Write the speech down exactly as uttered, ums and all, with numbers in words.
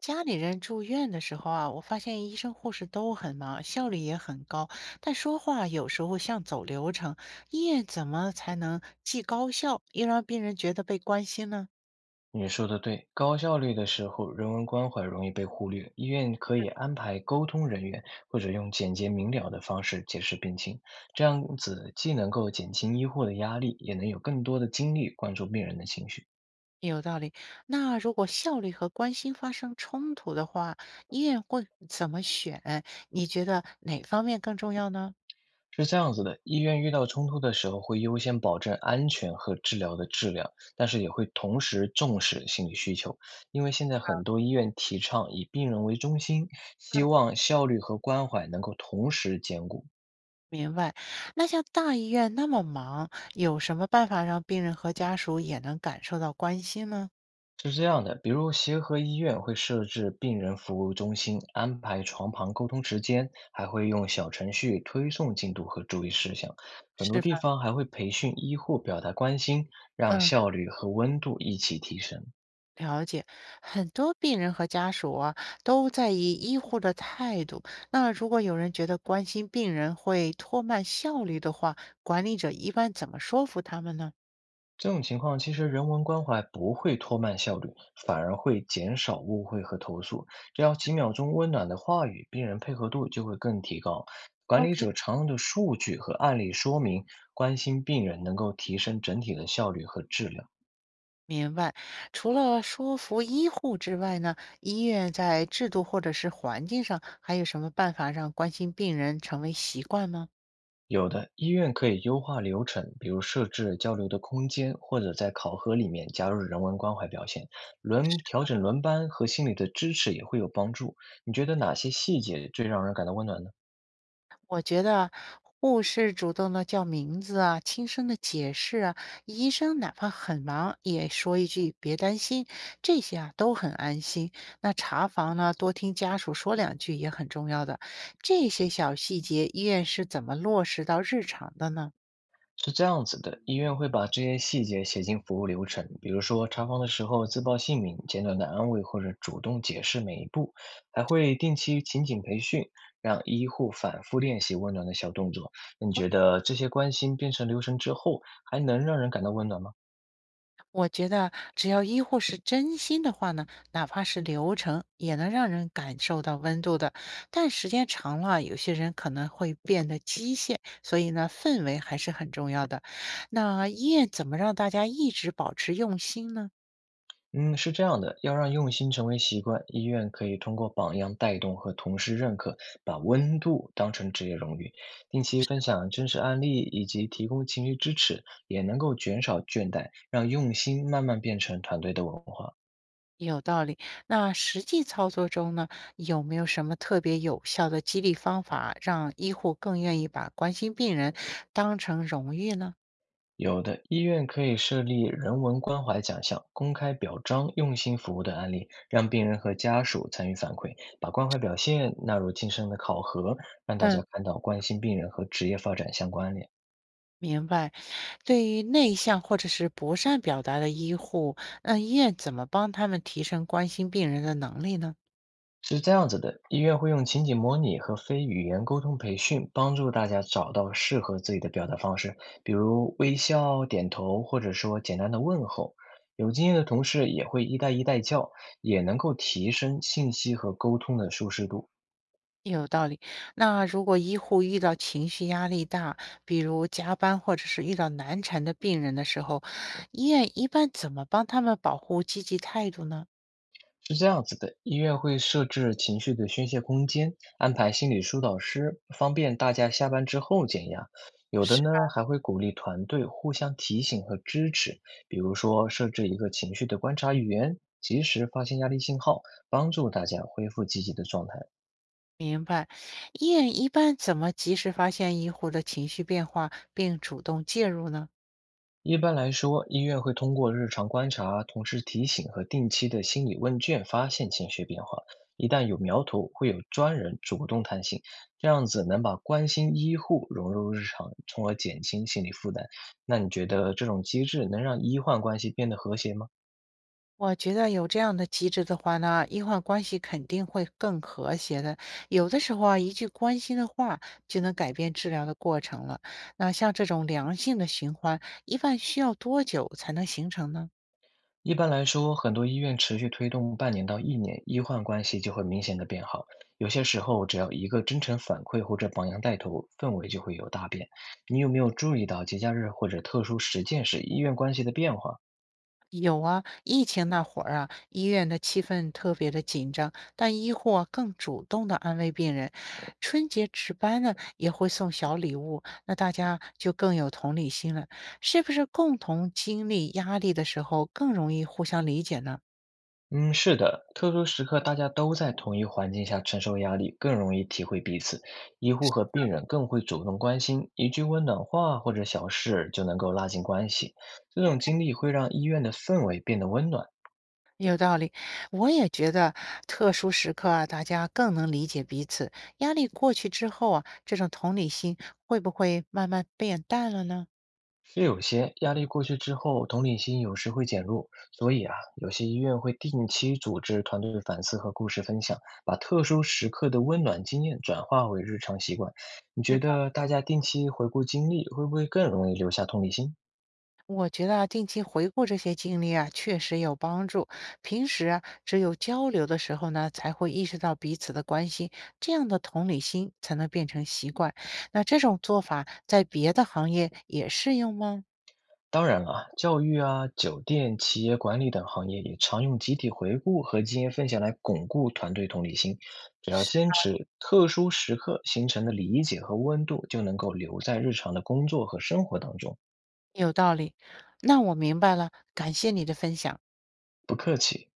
家里人住院的时候啊，我发现医生护士都很忙，效率也很高，但说话有时候像走流程。医院怎么才能既高效又让病人觉得被关心呢？你说的对，高效率的时候，人文关怀容易被忽略。医院可以安排沟通人员，或者用简洁明了的方式解释病情，这样子既能够减轻医护的压力，也能有更多的精力关注病人的情绪。有道理。那如果效率和关心发生冲突的话，医院会怎么选？你觉得哪方面更重要呢？是这样子的，医院遇到冲突的时候，会优先保证安全和治疗的质量，但是也会同时重视心理需求，因为现在很多医院提倡以病人为中心，希嗯，望效率和关怀能够同时兼顾。明白。那像大医院那么忙，有什么办法让病人和家属也能感受到关心呢？是这样的，比如协和医院会设置病人服务中心，安排床旁沟通时间，还会用小程序推送进度和注意事项。很是多吧？地方还会培训医护表达关心，让嗯。效率和温度一起提升。了解，很多病人和家属啊都在意医护的态度。那如果有人觉得关心病人会拖慢效率的话，管理者一般怎么说服他们呢？这种情况其实人文关怀不会拖慢效率，反而会减少误会和投诉。只要几秒钟温暖的话语，病人配合度就会更提高。管理？O K，者常用的数据和案例说明，关心病人能够提升整体的效率和质量。明白。除了说服医护之外呢，医院在制度或者是环境上还有什么办法让关心病人成为习惯吗？有的医院可以优化流程，比如设置交流的空间，或者在考核里面加入人文关怀表现，轮调整轮班和心理的支持也会有帮助。你觉得哪些细节最让人感到温暖呢？我觉得护士主动的叫名字啊，轻声的解释啊，医生哪怕很忙也说一句“别担心”，这些啊都很安心。那查房呢，多听家属说两句也很重要的。这些小细节，医院是怎么落实到日常的呢？是这样子的，医院会把这些细节写进服务流程，比如说查房的时候自报姓名、简短的安慰或者主动解释每一步，还会定期情景培训，让医护反复练习温暖的小动作。那你觉得这些关心变成流程之后，还能让人感到温暖吗？我觉得只要医护是真心的话呢，哪怕是流程也能让人感受到温度的。但时间长了，有些人可能会变得机械，所以呢，氛围还是很重要的。那医院怎么让大家一直保持用心呢？嗯，是这样的，要让用心成为习惯，医院可以通过榜样带动和同事认可，把温度当成职业荣誉，定期分享真实案例以及提供情绪支持，也能够减少倦怠，让用心慢慢变成团队的文化。有道理。那实际操作中呢，有没有什么特别有效的激励方法，让医护更愿意把关心病人当成荣誉呢？有的医院可以设立人文关怀奖项，公开表彰用心服务的案例，让病人和家属参与反馈，把关怀表现纳入晋升的考核，让大嗯。家看到关心病人和职业发展相关联。明白，对于内向或者是不善表达的医护，那医院怎么帮他们提升关心病人的能力呢？是这样子的，医院会用情景模拟和非语言沟通培训，帮助大家找到适合自己的表达方式，比如微笑、点头，或者说简单的问候。有经验的同事也会一带一带教，也能够提升信息和沟通的舒适度。有道理。那如果医护遇到情绪压力大，比如加班或者是遇到难缠的病人的时候，医院一般怎么帮他们保护积极态度呢？是这样子的，医院会设置情绪的宣泄空间，安排心理疏导师，方便大家下班之后减压。有的是，呢，还会鼓励团队互相提醒和支持，比如说设置一个情绪的观察员，及时发现压力信号，帮助大家恢复积极的状态。明白。医院一般怎么及时发现医护的情绪变化，并主动介入呢？一般来说，医院会通过日常观察、同事提醒和定期的心理问卷发现情绪变化。一旦有苗头，会有专人主动探信，这样子能把关心医护融入日常，从而减轻心理负担。那你觉得这种机制能让医患关系变得和谐吗？我觉得有这样的机制的话呢，医患关系肯定会更和谐的。有的时候啊，一句关心的话就能改变治疗的过程了。那像这种良性的循环，一般需要多久才能形成呢？一般来说，很多医院持续推动半年到一年，医患关系就会明显的变好。有些时候，只要一个真诚反馈或者榜样带头，氛围就会有大变。你有没有注意到节假日或者特殊实践时医院关系的变化？有啊，疫情那会儿啊，医院的气氛特别的紧张，但医护啊更主动的安慰病人。春节值班呢也会送小礼物，那大家就更有同理心了。是不是共同经历压力的时候更容易互相理解呢？嗯，是的，特殊时刻大家都在同一环境下承受压力，更容易体会彼此。医护和病人更会主动关心，一句温暖话或者小事就能够拉近关系。这种经历会让医院的氛围变得温暖。有道理，我也觉得特殊时刻啊，大家更能理解彼此。压力过去之后啊，这种同理心会不会慢慢变淡了呢？是有些压力过去之后，同理心有时会减弱，所以啊，有些医院会定期组织团队反思和故事分享，把特殊时刻的温暖经验转化为日常习惯。你是觉吧，得大家定期回顾经历，会不会更容易留下同理心？我觉得啊定期回顾这些经历啊，确实有帮助。平时啊，只有交流的时候呢，才会意识到彼此的关心，这样的同理心才能变成习惯。那这种做法在别的行业也适用吗？当然了，教育啊、酒店、企业管理等行业也常用集体回顾和经验分享来巩固团队同理心。只要是，坚持特殊时刻形成的理解和温度，就能够留在日常的工作和生活当中。有道理。那我明白了，感谢你的分享。不客气。